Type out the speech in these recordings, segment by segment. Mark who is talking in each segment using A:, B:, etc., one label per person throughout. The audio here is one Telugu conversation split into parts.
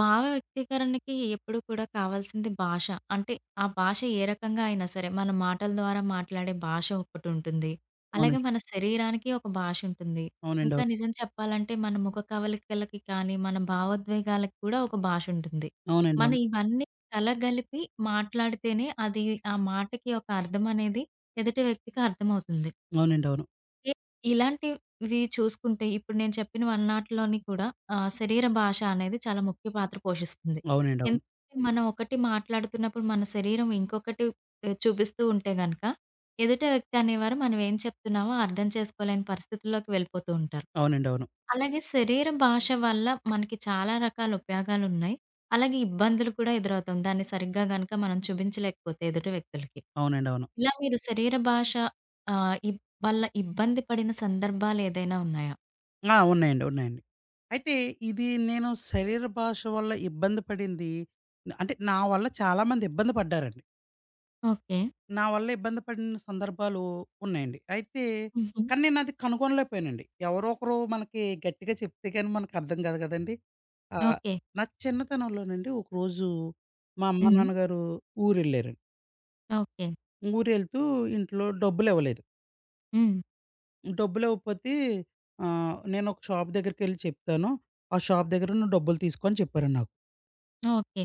A: భావ వ్యక్తీకరణకి ఎప్పుడు కూడా కావాల్సింది భాష. అంటే, ఆ భాష ఏ రకంగా అయినా సరే, మన మాటల ద్వారా మాట్లాడే భాష ఒకటుంటుంది. అలాగే
B: అవునండి.
A: మన శరీరానికి ఒక భాష ఉంటుంది.
B: అవునండి.
A: ఇంకా
B: అవును.
A: నిజం చెప్పాలంటే మన ముఖ కవలికలకి కానీ, మన భావోద్వేగాలకు కూడా ఒక భాష ఉంటుంది.
B: అవునండి.
A: మనం
B: అవును.
A: ఇవన్నీ కలగలిపి మాట్లాడితేనే అది ఆ మాటకి ఒక అర్థం అనేది ఎదుటి వ్యక్తికి అర్థమవుతుంది.
B: అవునండి. అవును.
A: ఇ ఇలాంటివి చూసుకుంటే ఇప్పుడు నేను చెప్పినవన్నాటిలోని కూడా శరీర భాష అనేది చాలా ముఖ్య పాత్ర పోషిస్తుంది.
B: అవునండి. అవును.
A: ఎందుకంటే మనం ఒకటి మాట్లాడుతున్నప్పుడు మన శరీరం ఇంకొకటి చూపిస్తూ ఉంటే గనక ఎదుట వ్యక్తి అనేవారు మనం ఏం చెప్తున్నామో అర్థం చేసుకోలేని పరిస్థితుల్లోకి వెళ్ళిపోతూ ఉంటారు.
B: అవునండి. అవును.
A: అలాగే శరీర భాష వల్ల మనకి చాలా రకాల ఉపయోగాలున్నాయి. అలాగే ఇబ్బందులు కూడా ఎదురవుతాం. దాన్ని సరిగ్గా గనక మనం చూపించలేకపోతే ఎదుటి వ్యక్తులకి.
B: అవునండి. అవును.
A: ఇలా మీరు శరీర భాష ఆహ్, ఈ వల్ల ఇబ్బంది పడిన సందర్భాలేదైనా ఉన్నాయా?
B: ఆ! ఉన్నాయండి. ఉన్నాయండి. అయితే ఇది నేను శరీర భాష వల్ల ఇబ్బంది పడింది అంటే నా వల్ల చాలామంది ఇబ్బంది పడ్డారండి.
A: ఓకే.
B: నా వల్ల ఇబ్బంది పడిన సందర్భాలు ఉన్నాయండి. అయితే
A: హుహు.
B: కానీ నేను అది కనుగొనలేకపోయానండి. ఎవరో ఒకరు మనకి గట్టిగా చెప్తే గాని మనకు అర్థం కాదు కదండీ! ఆహ్,
A: ఓకే.
B: నా చిన్నతనంలోనండి ఒకరోజు మా అమ్మ
A: హ్మ్.
B: నాన్నగారు ఊరెళ్లారండి.
A: ఓకే.
B: ఊరెళ్తూ ఇంట్లో డబ్బులివ్వలేదు.
A: హ్మ్.
B: డబ్బులివ్వకపోతే నేనొక షాప్ దగ్గరికెళ్లి చెప్తాను. ఆ షాప్ దగ్గర నువ్వు డబ్బులు తీసుకో అని చెప్పారండి నాకు.
A: ఓకే.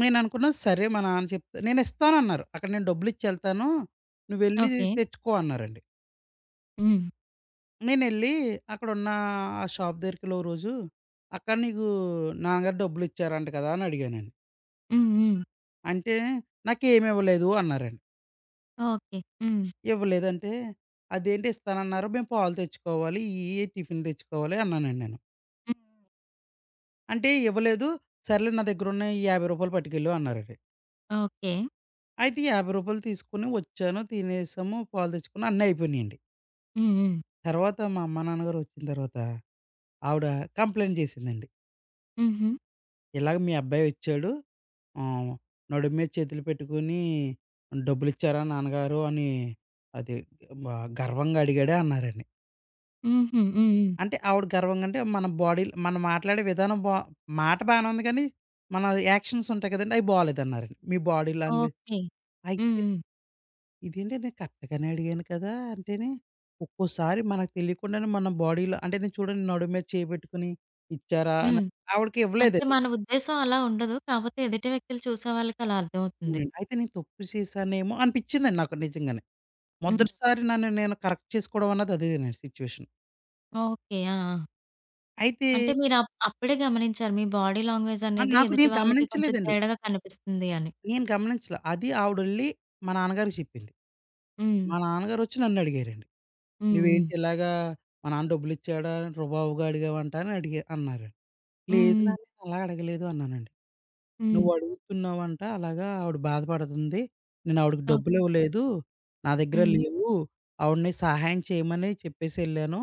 B: నేననుకున్నా సరే మా నాన్న చెప్తే నేనిస్తానన్నారు. అక్కడ నేను డబ్బులిచ్చెళ్తాను. నువ్వెళ్లి
A: ఓకే.
B: తెచ్చుకో అన్నారండి.
A: హ్మ్.
B: నేనెళ్లి అక్కడున్న ఆ షాప్ దగ్గరికెళ్ళి ఓ రోజు, "అక్క నీకు నాన్నగారు డబ్బులిచ్చారంట కదా!" అని అడిగానండి.
A: హ్మ్. హ్మ్.
B: అంటే "నాకేమివ్వలేదు" అన్నారండి.
A: ఓకే. హ్మ్.
B: "ఇవ్వలేదంటే" "అదేంటి ఇస్తానన్నారు. మేము పాలు తెచ్చుకోవాలి, ఇయ్యి, టిఫిన్ తెచ్చుకోవాలి" అన్నానండి నేను.
A: హ్మ్.
B: అంటే ఇవ్వలేదు. సర్లే నా దగ్గరున్నాయి ఈ రూ. 50 పట్టుకెళ్ళు అన్నారండి.
A: ఓకే.
B: అయితే రూ. 50 తీసుకొని వచ్చాను. తినేసాము. పాలు తెచ్చుకున్నా అన్నీ అయిపోయినియండి.
A: హ్మ్. హ్మ్.
B: తర్వాత మా అమ్మ, నాన్నగారు వచ్చిన తర్వాత ఆవిడ కంప్లెయింట్ చేసిందండి.
A: హుహు.
B: ఇలాగ మీ అబ్బాయి వచ్చాడు. ఆహ్, నడుము మీద చేతులు పెట్టుకొని డబ్బులిచ్చారా నాన్నగారు అని అది మ గర్వంగా అడిగాడే అన్నారండి.
A: హుహు. హ్మ్. హ్మ్.
B: అంటే ఆవిడ గర్వంగా అంటే మన బాడీ‌లో మనం మాట్లాడే విధానం మాట బానే ఉంది కానీ, మన యాక్షన్స్ ఉంటాయి కదండీ! అయి బాలేదన్నారండి. మీ బాడీ లాంగ్వేజ్
A: ఓకే.
B: అయి
A: హ్మ్. హ్మ్.
B: ఇదేంటి నేను కరెక్ట్‌గానే అడిగాను కదా! అంటేనే, ఒక్కోసారి మనకు తెలియకుండానే మన బాడీలో అంటే నేను చూడండి నడుము మీద చేయి పెట్టుకొని, ఇచ్చారా అని
A: హ్మ్.
B: ఆవిడకి
A: అంటే
B: ఇవ్వలేదండి.
A: మన ఉద్దేశం అలా ఉండదు. కాపోతే ఎదుటి వ్యక్తులు చూసే వాళ్ళకి అలా అర్థమవుతుంది.
B: అవునండి. అయితే నేను తప్పు చేశానేమో అనిపించిందండి నాకు నిజంగానే.
A: హ్మ్.
B: మొదటిసారి నన్ను నేను కరెక్ట్ చేసుకోవడం అన్నది అదేనండి సిట్యుయేషన్.
A: ఓకే. ఆ! ఆ!
B: అయితే
A: అంటే మీరు అప్పుడే గమనించారు. మీ బాడీ లాంగ్వేజ్
B: మరి
A: అనేది
B: నాకు
A: ఎదుటి
B: నేను
A: వాళ్ళకి కొంచెం
B: గమనించలేదండి.
A: తేడాగా కనిపిస్తుంది అని.
B: నేను గమనించలా. అది ఆవిడెళ్లి మా నాన్నగారికి చెప్పింది.
A: హ్మ్.
B: మా నాన్నగారొచ్చి నన్నడిగారండి.
A: హ్మ్. హ్మ్.
B: "నువ్వేంటి ఇలాగా మా నాన్న డబ్బులిచ్చాడా? రుబాబుగా అడిగావంట" అని అడిగా అన్నారండి.
A: హ్మ్.
B: లేదు
A: హ్మ్.
B: నాన్న నేను అలా అడగలేదు అన్నానండి.
A: హ్మ్.
B: నువ్వు అడుగుతున్నావంట అలాగా ఆవిడ బాధపడుతుంది. నేను ఆవిడకి
A: ఓకే.
B: డబ్బులివ్వలేదు. నా దగ్గర
A: హ్మ్.
B: లేవు. ఆవిడని సహాయం చేయమని చెప్పేసెళ్ళాను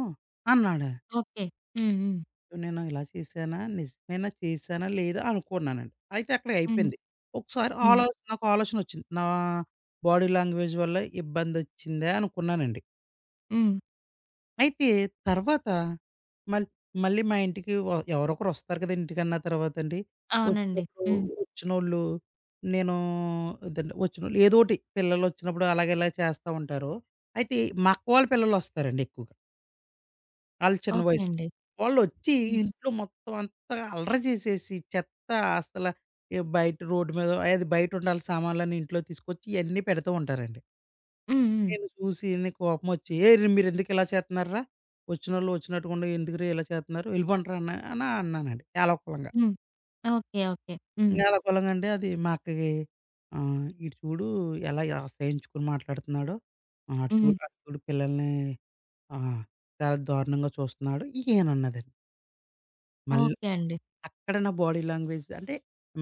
B: అన్నాడు.
A: ఓకే. హ్మ్. హ్మ్.
B: నేను ఇలా చేశానా? నిజమేనా? చేశానా? లేదా? అనుకున్నానండి. అయితే అక్కడే
A: హ్మ్.
B: అయిపోయింది. ఒకసారి
A: హ్మ్.
B: ఆలో నాకు ఆలోచనొచ్చింది. నా బాడీ లాంగ్వేజ్ వల్ల ఇబ్బందొచ్చిందా అనుకున్నానండి.
A: హ్మ్.
B: అయితే తర్వాత మళ్ మళ్ళీ మా ఇంటికి వ ఎవరో ఒకరు వస్తారు కదండీ! ఇంటికన్నా తర్వాతండి.
A: అవునండి.
B: వచ్చినప్పుడు
A: హ్మ్.
B: వచ్చినోళ్ళు నేను అదండి వచ్చినోళ్ళు ఏదోటి పిల్లలొచ్చినప్పుడు అలాగ ఇలా చేస్తా ఉంటారు. అయితే మా అక్క వాళ్ళ పిల్లలొస్తారండి ఎక్కువగా. ఆళ్ళు చిన్న
A: ఓకే
B: వయసు.
A: అండి.
B: వాళ్ళొచ్చి
A: హ్మ్.
B: ఇంట్లో మొత్తం అంతా అల్లరి చేసేసి చెత్త అసల ఏ బయట రోడ్డు మీద అది బయట ఉండాల్సిన సామాన్లన్నీ ఇంట్లో తీసుకొచ్చి ఇయన్నీ పెడుతూ ఉంటారండి.
A: హ్మ్. హ్మ్.
B: నేను చూసి నీ కోపమొచ్చి, "ఏయ్! మీరెందుకు ఇలా చేత్తన్నార్రా? వచ్చినోళ్ళు వచ్చినట్టుగుండి ఎందుకురా ఇలా చేత్తన్నారు? ఎళ్ళిపోండ్రా" అన్నా అని అన్నానండి ఏలకులంగా.
A: హ్మ్. ఓకే. ఓకే. హ్మ్.
B: ఇంక ఏలకులంగా అంటే అది మా అక్కకి "ఈడు చూడు ఎలా అసహించుకొని మాట్లాడుతున్నాడో, అటు
A: హ్మ్.
B: చూడు అటు చూడు పిల్లల్ని ఆహ్, చాలా దారుణంగా చూస్తున్నాడు" ఇయనన్నదండి. మళ్ళీ
A: ఓకే అండి.
B: అక్కడ నా బాడీ లాంగ్వేజ్ అంటే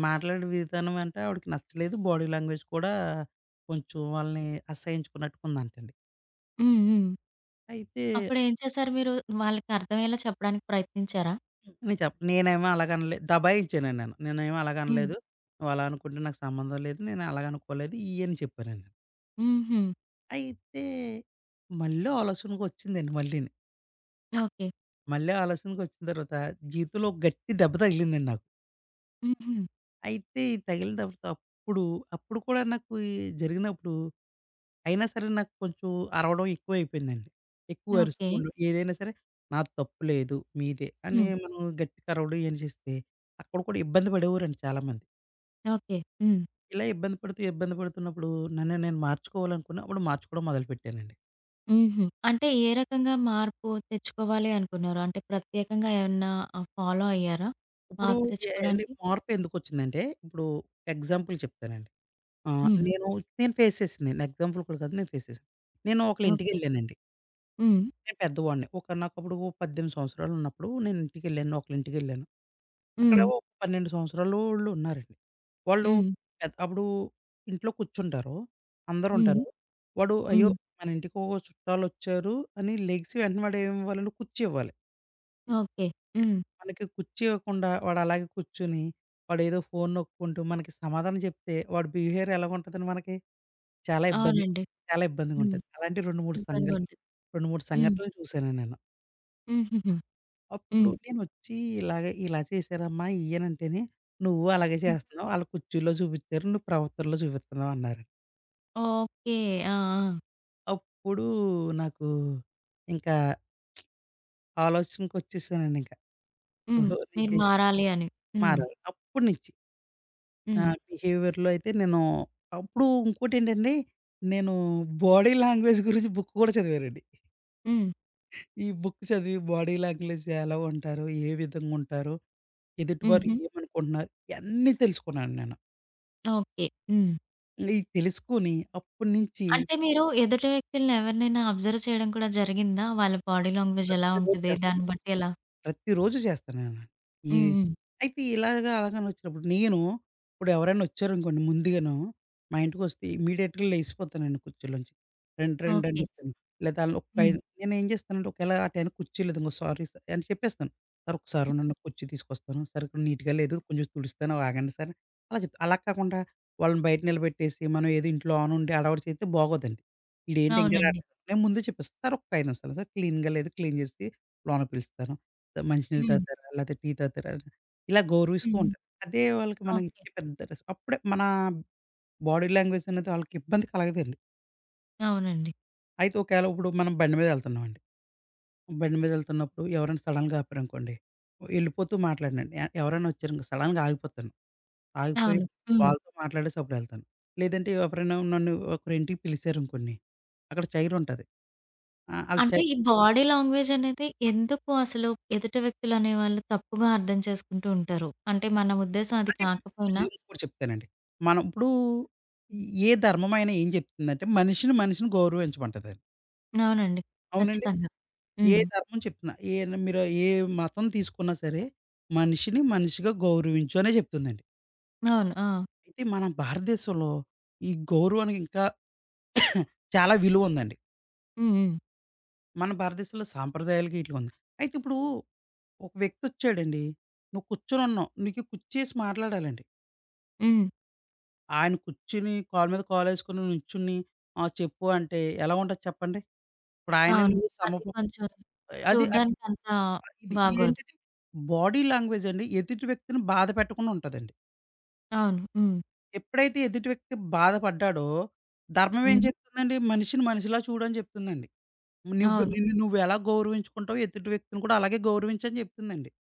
B: మాట్లాడే విధానం అంటే ఆవిడకి నచ్చలేదు. బాడీ లాంగ్వేజ్ కూడా కొంచెం వాళ్ళని అసహించుకున్నట్టుగా ఉందంటండి.
A: హ్మ్. హ్మ్.
B: అయితే
A: అప్పుడేం చేశారు మీరు? వాళ్ళకి అర్థమయ్యేలా చెప్పడానికి ప్రయత్నించారా?
B: నేను చెప్ప నేనేమో అలాగనలే దబాయించానండి నేను. నేనేమి
A: హ్మ్.
B: అలాగనలేదు. నువ్వు అలా అనుకుంటే నాకు సంబంధం లేదు. నేను అలాగనుకోలేదు ఇయ్యి అని చెప్పానండి.
A: హుహు.
B: అయితే మళ్ళీ ఆలోచనకొచ్చిందండి మళ్ళీని.
A: ఓకే.
B: మళ్ళీ ఆలోచనకొచ్చిన తర్వాత జీవితంలో ఒక గట్టి దెబ్బ తగిలిందండి నాకు.
A: హుహు.
B: అయితే ఈ తగిలిన దెబ్బతో అప్పుడు, అప్పుడు కూడా నాకు ఈ జరిగినప్పుడు అయినా సరే నాకు కొంచెం అరవడం ఎక్కువైపోయిందండి. ఎక్కువ అరుస్తూ
A: ఓకే.
B: ఉండడం. ఏదైనా సరే నాది తప్పు లేదు మీదే అని
A: హ్మ్.
B: మనం గట్టిగా అరవడం ఇయన్నీ చేస్తే అక్కడ కూడా ఇబ్బంది పడేవారండి చాలామంది.
A: ఓకే. హ్మ్.
B: ఇలా ఇబ్బంది పడుతూ, ఇబ్బంది పడుతున్నప్పుడు నన్ను నేను మార్చుకోవాలనుకున్న అప్పుడు మార్చుకోవడం మొదలుపెట్టానండి.
A: హుహు. అంటే ఏ రకంగా మార్పు తెచ్చుకోవాలి అనుకున్నారు? అంటే ప్రత్యేకంగా ఏమన్నా ఫాలో అయ్యారా
B: ఇప్పుడు
A: మార్పు
B: ఎ అంటే
A: తెచ్చుకోవడానికి?
B: మార్పు ఎందుకొచ్చిందంటే, ఇప్పుడు ఎగ్జాంపుల్ చెప్తానండి. ఆహ్,
A: హ్మ్.
B: నేను, నేను ఫేస్ చేసింది. ఎగ్జాంపుల్ కూడా కాదు. నేను ఫేస్ చేశాను. నేను ఒకళ్ళ
A: ఓకే.
B: ఇంటికెళ్ళానండి.
A: హ్మ్.
B: నేను పెద్దవాడిని. ఒక నాకప్పుడు ఓ 18 సంవత్సరాలు ఉన్నప్పుడు నేను ఇంటికెళ్ళాను. ఒకళ్ళ ఇంటికెళ్ళాను. అక్కడ
A: హ్మ్.
B: ఒక 12 సంవత్సరాలోళ్ళు ఉన్నారండి. వాళ్ళు
A: హ్మ్.
B: అప్పుడు ఇంట్లో కూర్చుంటారు.
A: హ్మ్.
B: అందరుంటారు. వాడు అయ్యో!
A: హ్మ్.
B: మన ఇంటికి ఓ చుట్టాలొచ్చారు అని లెగిసి వెంటనే వాడు ఏమివ్వాలంటే కుర్చీ ఇవ్వాలి.
A: ఓకే. హ్మ్.
B: మనకి కుర్చీ ఇవ్వకుండా వాడు అలాగే కూర్చొని, వాడేదో ఫోను నొక్కుంటూ మనకి సమాధానం చెప్తే వాడి బిహేవియర్ ఎలాగుంటదండి మనకి? చాలా ఇబ్బంది
A: అవునండి.
B: చాలా
A: హ్మ్.
B: ఇబ్బందిగుంటది. అలాంటి 2, 3
A: ఇబ్బందిగా
B: సంఘల్
A: ఉంటది.
B: 2, 3
A: హ్మ్.
B: సంఘటనలు చూసాను నేను.
A: హుహుహు.
B: అప్పుడు
A: హ్మ్.
B: నేనొచ్చి ఇలాగే ఇలా చేశారమ్మా ఇయ్యనంటేనే, "నువ్వు అలాగే
A: హ్మ్.
B: చేస్తున్నావు. ఆళ్ళు కుర్చీలో చూపిచ్చారు. నువ్వు ప్రవర్తనలో చూపిత్తన్నావు" అన్నారు.
A: ఓకే. ఆ! ఆ!
B: అప్పుడు నాకు ఇంకా ఆలోచనకొచ్చేసానండింక.
A: హ్మ్.
B: ఓహో! నేను
A: మీరు
B: చేసింది
A: మారాలి అని. హ్మ్.
B: మారాలి. అప్పుడు నుంచి నా
A: హ్మ్.
B: బిహేవియర్‌లో అయితే నేను అప్పుడు ఇంకోటేంటండి, నేను బాడీ లాంగ్వేజ్ గురించి బుక్ కూడా చదివానండి.
A: హ్మ్.
B: ఈ బుక్ చదివి బాడీ లాంగ్వేజ్ ఎలా ఉంటారు? ఏ విధంగా ఉంటారు? ఎదుటివారు
A: హుహు.
B: ఏమనుకుంటున్నారు? ఇయన్నీ తెలుసుకున్నాను నేను.
A: ఓకే. హ్మ్.
B: ఇయి తెలుసుకొని అప్పటినుంచి
A: అంటే మీరు ఎదుటి వ్యక్తుల్ని ఎవరినైనా అబ్జర్వ్ చేయడం కూడా జరిగిందా? వాళ్ళ బాడీ లాంగ్వేజ్ ఎలా
B: ప్రతిరోజు
A: ఉంటది?
B: చేస్తాను.
A: దాన్ని బట్టి ఎలా
B: ప్రతిరోజు చేస్తానండి. ఈ
A: హ్మ్. హ్మ్.
B: అయితే ఇలాగా అలాగని వచ్చినప్పుడు నేను ఇప్పుడు ఎవరైనా వచ్చారనుకోండి ముందుగాను మా ఇంటికొస్తే ఇమ్మీడియేట్‌గా లెగిసిపోతానండి కుర్చీలోంచి. "రండి, రండి" అని
A: ఓకే.
B: చెప్తాను. లేదా ఆళ్ళని ఒక
A: హ్మ్.
B: ఐదు నేనేం చేస్తానంటే ఒకవేళ ఆ టైంకి కుర్చీ లేదనుకో "సారీ సార్" అని చెప్పేస్తాను. "సార్ ఒకసారి ఉండండి కుర్చీ తీసుకొస్తాను. సార్ ఇక్కడ నీట్‌గా లేదు కొంచెం తుడుస్తాను ఆగండి సార్" అలా చెప్తా. అలా కాకుండా వాళ్ళని బయట నిలబెట్టేసి మనం ఏదో ఇంట్లో ఆన్ ఉండి హడావిడి చేస్తే బాగోదండి. "ఈడేంటి ఇంకా
A: అవునండి.
B: రాట్లేదు" నేను ముందే చెప్పేస్తా. "సార్ ఒక్క 5 నిమిషాలు సార్ క్లీన్‌గా లేదు క్లీన్ చేసి లోన పిలుస్తాను." మంచినీళ్ళు
A: హ్మ్.
B: తాగుతారా? లేతే టీ తాగుతారా? ఇలా గౌరవిస్తూ
A: హ్మ్.
B: ఉంటారు. అదే వాళ్ళకి మనం
A: ఓకే.
B: ఇచ్చే పెద్ద అప్పుడే మన బాడీ లాంగ్వేజ్ అనేది వాళ్ళకి ఇబ్బంది కలగదండి.
A: అవునండి.
B: అయితే ఒకవేళ ఇప్పుడు మనం బండి మీద ఎళ్తున్నామండి. బండి మీద ఎళ్తున్నప్పుడు ఎవరైనా సడెన్‌గా ఆపారనుకోండి, ఎళ్ళిపోతూ మాట్లాడనండి. ఎవరైనా వచ్చారనుకో సడెన్‌గా ఆగిపోతాను. ఆగిపోయి
A: అవును. హ్మ్.
B: వాళ్ళతో మాట్లాడేసి అప్పుడెళ్తాను. లేదంటే ఎవరైనా నన్ను ఒకరింటికి పిలిచారనుకోండి, అక్కడ చైరుంటది. ఆ! ఆళ్ళ
A: అంటే
B: చై
A: ఈ బాడీ లాంగ్వేజ్ అనేది ఎందుకు అసలు ఎదుటి వ్యక్తులు అనేవాళ్ళు తప్పుగా అర్థం చేసుకుంటూ ఉంటారు? అంటే మన ఉద్దేశ్యం అది
B: అంటే
A: కాకపోయినా
B: ఇంకోటి చెప్తానండి. మనం ఇప్పుడు ఏ ధర్మమైనా ఏం చెప్తుందంటే మనిషిని, మనిషిని గౌరవించమంటదండి.
A: అవునండి.
B: అవునండి.
A: ఖచ్చితంగా.
B: ఏ
A: హ్మ్.
B: ధర్మం చెప్తున్నా ఏ మీరు ఏ మతం తీసుకున్నా సరే మనిషిని మనిషిగా గౌరవించు అనే చెప్తుందండి.
A: అవును. ఆ!
B: అయితే మన భారతదేశంలో ఈ గౌరవానికి ఇంకా చాలా విలువ ఉందండి.
A: హ్మ్. హ్మ్.
B: మన భారతదేశంలో సాంప్రదాయాలకి ఈటిలకి ఉంది. అయితే ఇప్పుడు ఒక వ్యక్తి వచ్చాడండి. నువ్వు కూర్చొనున్నావు. నీకు కుర్చీసి మాట్లాడాలండి.
A: హ్మ్.
B: ఆయన కూర్చుని కాళ్ళ మీద కాలేసుకొని నుంచుని, ఆ! చెప్పు అంటే ఎలా ఉంటది చెప్పండి? ఇప్పుడు ఆయన
A: అవును.
B: నీవు
A: అది
B: సమపు
A: కొంచెం
B: అది అ
A: చూడ్డానికి అంత
B: ఇది
A: బాగోదు.
B: ఏంటిది బాడీ లాంగ్వేజ్ అండి ఎదుటి వ్యక్తిని బాధ పెట్టకుండా ఉంటదండి.
A: అవును. హ్మ్.
B: ఎప్పుడైతే ఎదుటి వ్యక్తి బాధపడ్డాడో, ధర్మం ఏం
A: హ్మ్.
B: చెప్తుందండి? మనిషిని మనిషిలా చూడని చెప్తుందండి. నువ్వు
A: అవును.
B: నిన్ను నువ్వు ఎలా గౌరవించుకుంటావో ఎదుటి వ్యక్తిని కూడా అలాగే గౌరవించని చెప్తుందండి.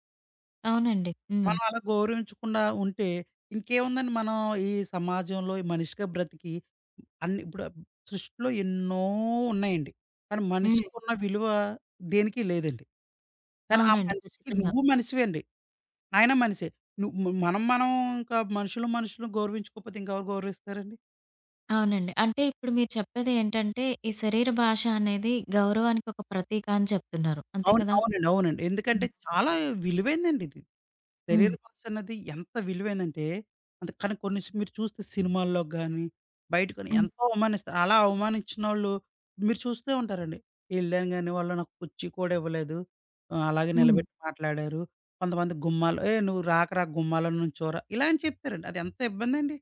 A: అవునండి. హ్మ్.
B: మనం అలా గౌరవించకుండా ఉంటే ఇంకేముందండి మనం ఈ సమాజంలో ఈ మనిషిగా బ్రతికి అన్ని ఇప్పుడు సృష్టిలో ఎన్నో ఉన్నాయండి. కానీ
A: హ్మ్.
B: మనిషికి ఉన్న విలువ దేనికి లేదండి. కానీ ఆ
A: అవునండి.
B: మనిషికి
A: ఖచ్చితంగా.
B: నువ్వు మనిషివే అండి. ఆయన మనిషే. నువ్వు మనం మనం ఇంకా మనుషులు మనుషులు గౌరవించుకోకపోతే ఇంకెవరు గౌరవిస్తారండి?
A: అవునండి. అంటే ఇప్పుడు మీరు చెప్పేది ఏంటంటే ఈ శరీర భాష అనేది గౌరవానికి ఒక ప్రతీక అని చెప్తున్నారు. అంతే
B: అవును.
A: కదా?
B: అవునండి. ఎందుకంటే
A: హ్మ్.
B: చాలా విలువైందండి ఇది.
A: హ్మ్.
B: శరీర భాష అన్నది ఎంత విలువైందంటే, అంత కానీ కొన్ని సి మీరు చూస్తే సినిమాల్లో గాని, బయట కానీ
A: హ్మ్.
B: ఎంతో అవమానిస్తారు. అలా అవమానిచ్చినోళ్ళు మీరు చూస్తూ ఉంటారండి. ఎళ్ళాను గాని వాళ్ళు నాకు కుర్చీ కూడా ఇవ్వలేదు. అలాగే
A: హ్మ్.
B: నిలబెట్టి మాట్లాడారు. కొంతమంది గుమ్మాలు "ఏయ్! నువ్వు రాకరా గుమ్మాలో నుంచోరా" ఇలా అని చెప్తారండి. అది ఎంత ఇబ్బందండి.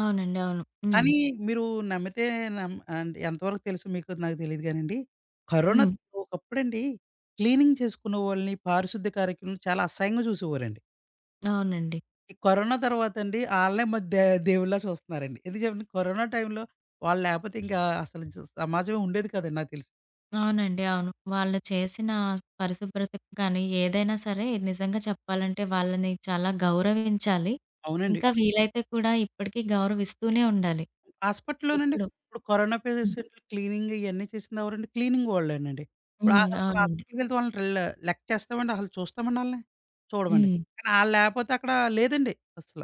A: అవునండి. అవును. హ్మ్.
B: కానీ మీరు నమ్మితే అంటే ఎంతవరకు తెలుసు మీకు నాకు తెలీదు గానండి. కరోనా
A: హ్మ్.
B: ఒకప్పుడండి క్లీనింగ్ చేసుకునే వాళ్ళని, పారిశుద్ధ్య కార్యక్రమలు చాలా అసహ్యంగా చూసేవారండి.
A: అవునండి.
B: ఈ కరోనా తర్వాత అండి ఆళ్ళనే మరి దేవుళ్ళలా చూస్తున్నారండి. ఎందుకు చెప్పండి? కరోనా టైంలో వాళ్ళు లేకపోతే ఇంకా అసలు సమాజమే ఉండేది కాదండి నాకు తెలిసి.
A: అవునండి. అవును. వాళ్ళు చేసిన పరిశుభ్రతకు కానీ, ఏదైనా సరే నిజంగా చెప్పాలంటే వాళ్ళని చాలా గౌరవించాలి.
B: అవునండి.
A: ఇంకా వీలైతే కూడా ఇప్పటికీ గౌరవిస్తూనే ఉండాలి.
B: హాస్పిటల్‌లోనండి.
A: ఎప్పుడు.
B: ఇప్పుడు కరోనా
A: హ్మ్.
B: పేషెంట్లు క్లీనింగ్ ఇయన్నీ చేసింది ఎవరండి? క్లీనింగ్ వాళ్ళేనండి. ఇప్పుడు
A: హ్మ్.
B: అసలు మన
A: అవునండి.
B: హాస్పిటల్‌కెళ్తే వాళ్ళని లెక్క చేస్తామండి? అసలు చూస్తామండి ఆళ్ళని? చూడమండి.
A: హ్మ్.
B: కానీ ఆళ్ళు లేపోతే అక్కడ లేదండి అసల.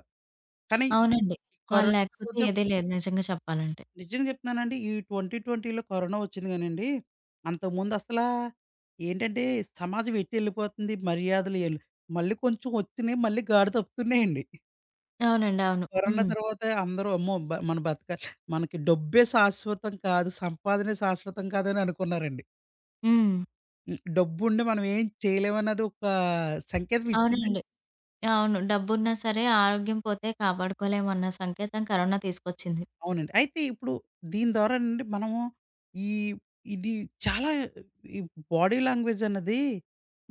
B: కానీ ఈ
A: అవునండి.
B: ఈ
A: వాళ్ళు
B: కరోనా
A: లేకపోతే
B: తర్వాత
A: ఏదీ లేదు నిజంగా చెప్పాలంటే.
B: నిజంగా చెప్తున్నానండి. ఈ 2020లో కరోనా వచ్చింది గానండి, అంతకుముందు అసలా ఏంటంటే సమాజం ఎటెళ్ళిపోతుంది మర్యాదలు ఎల్ మళ్ళీ కొంచెం వచ్చినియి మళ్ళీ గాడి తప్పుతున్నాయండి.
A: అవునండి. అవును.
B: కరోనా
A: హ్మ్.
B: తర్వాత అందరూ అమ్మో! మన బతక మనకి డబ్బే శాశ్వతం కాదు, సంపాదనే శాశ్వతం కాదని అనుకున్నారండి.
A: హ్మ్.
B: హ్మ్. డబ్బుండి మనం ఏం చేయలేమన్నది ఒక సంకేతం ఇచ్చిందండి.
A: అవునండి. అవును. డబ్బున్నా సరే ఆరోగ్యం పోతే కాపాడుకోలేమన్న సంకేతం కరోనా తీసుకొచ్చింది.
B: అవునండి. అయితే ఇప్పుడు దీని ద్వారా నుండి మనము ఈ ఇది చాలా ఈ బాడీ లాంగ్వేజ్ అన్నది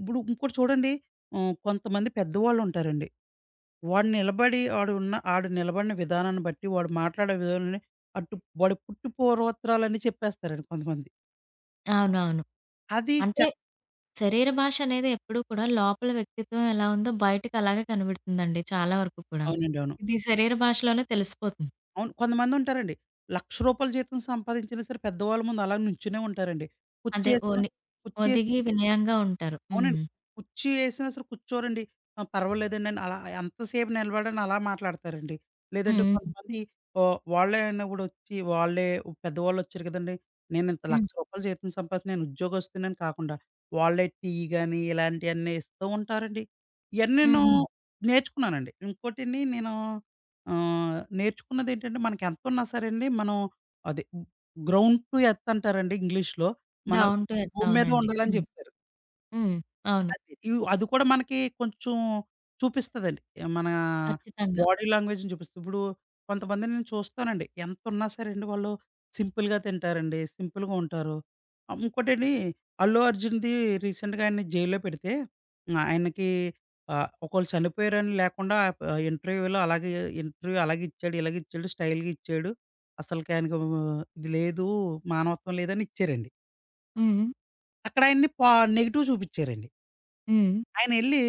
B: ఇప్పుడు ఇంకోటి చూడండి కొంతమంది పెద్దవాళ్ళుంటారండి. వాడు నిలబడి ఆడు ఉన్న ఆడు నిలబడిన విధానాన్ని బట్టి, వాడు మాట్లాడే విధానాన్ని అటు వాడి పుట్టు పూర్వోత్తరాలన్నీ చెప్పేస్తారండి కొంతమంది.
A: అవునవును.
B: అది
A: అంటే శరీర భాష అనేది ఎప్పుడూ కూడా లోపల వ్యక్తిత్వం ఎలా ఉందో బయటకి అలాగే కనబడుతుందండి చాలా వరకు కూడా.
B: అవునండి. అవును.
A: ఇది శరీర భాషలోనే తెలిసిపోతుంది.
B: అవును. కొంతమందుంటారండి. రూ. 1,00,000 జీతం సంపాదించినా సరే పెద్దవాళ్ళ ముందు అలా నుంచునే ఉంటారండి.
A: అదే
B: కుచ్చేసిన కుచ్చేసిన
A: ఒదిగి వినయంగా ఉంటారు.
B: అవునండి.
A: హ్మ్.
B: కుర్చీ ఏసినా సరే కూర్చోరండి. ఆ! పర్వాలేదండి అని అలా ఎంతసేపు నిలబడని అలా మాట్లాడతారండి. లేదంటే
A: హ్మ్.
B: కొంతమంది వాళ్ళే అయినా గూడా ఒచ్చి వాళ్ళే పెద్దవాళ్ళొచ్చారు కదండీ! నేనింత రూ.
A: హ్మ్.
B: 1,00,000 జీతం సంపాదిస్తే నేను ఉద్యోగస్తుడినని కాకుండా వాళ్ళే టీ గాని ఇలాంటియన్నీ ఇస్తూ ఉంటారండి. ఇయన్నీ
A: హ్మ్.
B: నేను
A: హ్మ్.
B: నేర్చుకున్నానండి. ఇంకోటండి నేను నేర్చుకున్నదేంటంటే మనకెంతున్నా సరే అండి మనం అది గ్రౌండ్ టు ఎర్త్ అంటారండి ఇంగ్లీష్‌లో. మనం
A: డౌన్ టు ఎర్త్
B: భూమి మీద
A: అవునండి.
B: ఉండాలని
A: హ్మ్.
B: జెప్తారు.
A: హ్మ్. అవును.
B: అది కూడా మనకి కొంచెం చూపిస్తదండి. మనా
A: ఖచ్చితంగా.
B: బాడీ లాంగ్వేజ్‌ని చూపిస్తది. ఇప్పుడు కొంతమందిని నేను చూస్తానండి. ఎంతున్నా సరే అండి వాళ్ళు సింపుల్‌గా తింటారండి. సింపుల్‌గా ఉంటారు. ఇంకోటండి 'అల్లు అర్జున్‌ది' రీసెంట్‌గా ఆయన్ని జైల్‌లో పెడితే హ్మ్. ఆయనకి ఒకళ్ళు చనిపోయారని లేకుండా ఇంటర్వ్యూలో అలాగే ఇంటర్వ్యూ అలాగే ఇచ్చాడు, ఇలాగ ఇచ్చాడు, స్టైల్‌గా ఇచ్చాడు. అసలకి ఆయనకు ఆ, ఇది లేదు, మానవత్వం లేదని ఇచ్చారండి.
A: హ్మ్.
B: అక్కడ ఆయన్ని పా నెగెటివ్ చూపిచ్చారండి.
A: హ్మ్.
B: ఆయనెళ్ళి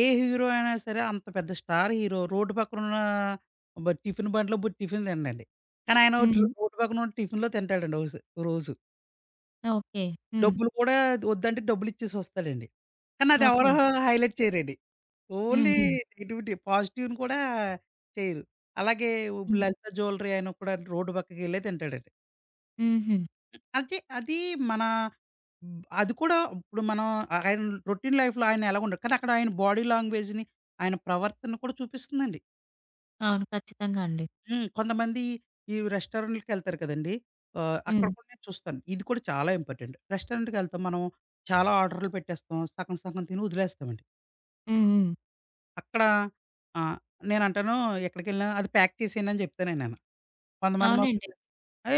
B: ఏ హీరో అయినా సరే అంత పెద్ద స్టార్ హీరో రోడ్డు పక్కనున్న బ టిఫిన్ బండ్లో బు టిఫిన్ తినడండి. కానీ ఆయన ఒకటి
A: హ్మ్.
B: రోడ్డు పక్కనున్న టిఫిన్‌లో తింటాడండి రోజు.
A: ఓకే. హ్మ్.
B: డబ్బులు కూడా వద్దంటే డబ్బులిచ్చేసొస్తాడండి. కానీ అదెవరు
A: ఓకే.
B: హైలైట్ చేయరండి.
A: హ్మ్.
B: ఓన్లీ
A: హ్మ్.
B: నెగటివిటీ. పాజిటివ్‌ని కూడా చేయరు. అలాగే ఇప్పుడు
A: హ్మ్.
B: లలిత జ్యువెలరీ ఆయన కూడా రోడ్డు పక్కకెళ్ళే తింటాడండి.
A: హుహు.
B: అంటే అది మన అది కూడా ఇప్పుడు మనం ఆయన రొటీన్ లైఫ్‌లో ఆయన ఎలాగుండడు. కానీ అక్కడ ఆయన బాడీ లాంగ్వేజ్‌ని, ఆయన ప్రవర్తన కూడా చూపిస్తుందండి.
A: అవును. ఖచ్చితంగా అండి.
B: హ్మ్. కొంతమంది ఈ రెస్టారెంట్‌లకెళ్తారు కదండీ! అక్కడ
A: హ్మ్.
B: కూడా నేను చూస్తాను. ఇది కూడా చాలా ఇంపార్టెంట్. రెస్టారెంట్‌కెళ్తాం మనం చాలా ఆర్డర్‌లు పెట్టేస్తాం. సగం సగం తిని వదిలేస్తామండి.
A: హ్మ్. హ్మ్.
B: అక్కడ ఆహ్, నేనంటాను ఎక్కడికెళ్ళినా అది ప్యాక్ చేసేయండి అని చెప్తానండి నేను. కొంతమంది మాత్రం
A: అవునండి.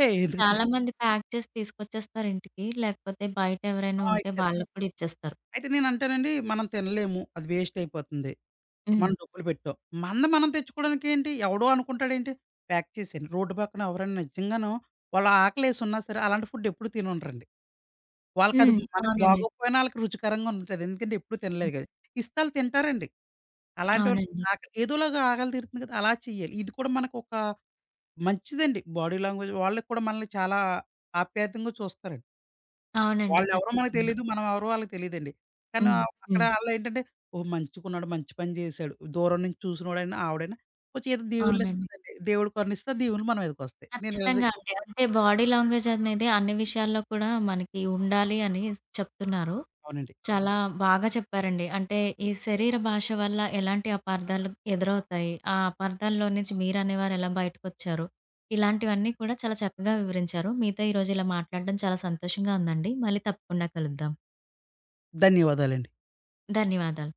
B: "ఏయ్! ఎందుకు ఛీ
A: చాలా
B: ఛీ"
A: మంది ప్యాక్ చేసి తీసుకొచ్చేస్తారు ఇంటికి. లేకపోతే బయట ఎవరైనా
B: ఆ!
A: ఉంటే
B: ఇచ్చేస్తారు.
A: వాళ్ళకి కూడా ఇచ్చేస్తారు.
B: అయితే నేనంటానండి, మనం తినలేము. అది వేస్ట్ అయిపోతుంది.
A: హ్మ్.
B: మనం డబ్బులు పెట్టాం. మంద మనం తెచ్చుకోవడానికి ఏంటి? ఎవడో అనుకుంటాడేంటి, ప్యాక్ చేసేయండి. రోడ్డు పక్కన ఎవరైనా నిజంగాను వాళ్ళ ఆకలేసున్నా సరే, అలాంటి ఫుడ్ ఎప్పుడు తినుండరండి. వాళ్ళకది
A: హ్మ్.
B: మనకు
A: అవునండి.
B: బాగోకపోయినా ఆళ్ళకి రుచికరంగా ఉంటది. ఎందుకంటే ఎప్పుడు
A: హ్మ్.
B: తినలేదు కదా! ఇస్తే ఆళ్ళు తింటారండి. అలాంటోళ్ళకి
A: అవునండి.
B: ఆకలి ఏదోలాగా ఆకలి తీరుతుంది కదా! అలా చెయ్యాలి. ఇది కూడా మనకొక మంచిదండి. బాడీ లాంగ్వేజ్ వాళ్ళకి కూడా మనల్ని చాలా ఆప్యాయంగా చూస్తారండి.
A: అవునండి.
B: వాళ్ళెవరో మనకు
A: ఖచ్చితంగా.
B: తెలీదు. మనం ఎవరో ఆళ్ళకి తెలీదండి. కానీ
A: హ్మ్.
B: అక్కడ
A: హ్మ్.
B: ఆళ్ళేంటంటే, ఓహ్! మంచిగున్నాడు, మంచి పని జేశాడు. దూరం నుంచి చూసినోడైనా, ఆవిడైనా కొంచెం ఏదో
A: అవునండి.
B: దీవెనలిస్తదండి. దేవుడు కరుణిస్తే ఆ దీవెనలు మన మీదకొస్తాయి. నేను ఇలానే
A: ఖచ్చితంగా అండి. అంటే బాడీ లాంగ్వేజ్ అనేది అన్ని విషయాల్లో కూడా మనకి ఉండాలి అని చెప్తున్నారు.
B: అవునండి.
A: చాలా బాగా చెప్పారండి. అంటే ఈ శరీర భాష వల్ల ఎలాంటి అపార్థాలు ఎదురవుతాయి? ఆ అపార్థాల్లో నుంచి మీరనేవారు ఎలా బయటకొచ్చారు? ఇలాంటివన్నీ కూడా చాలా చక్కగా వివరించారు. మీతో ఈరోజు ఇలా మాట్లాడడం చాలా సంతోషంగా ఉందండి. మళ్ళీ తప్పకుండా కలుద్దాం.
B: ధన్యవాదాలండి.
A: ధన్యవాదాలు.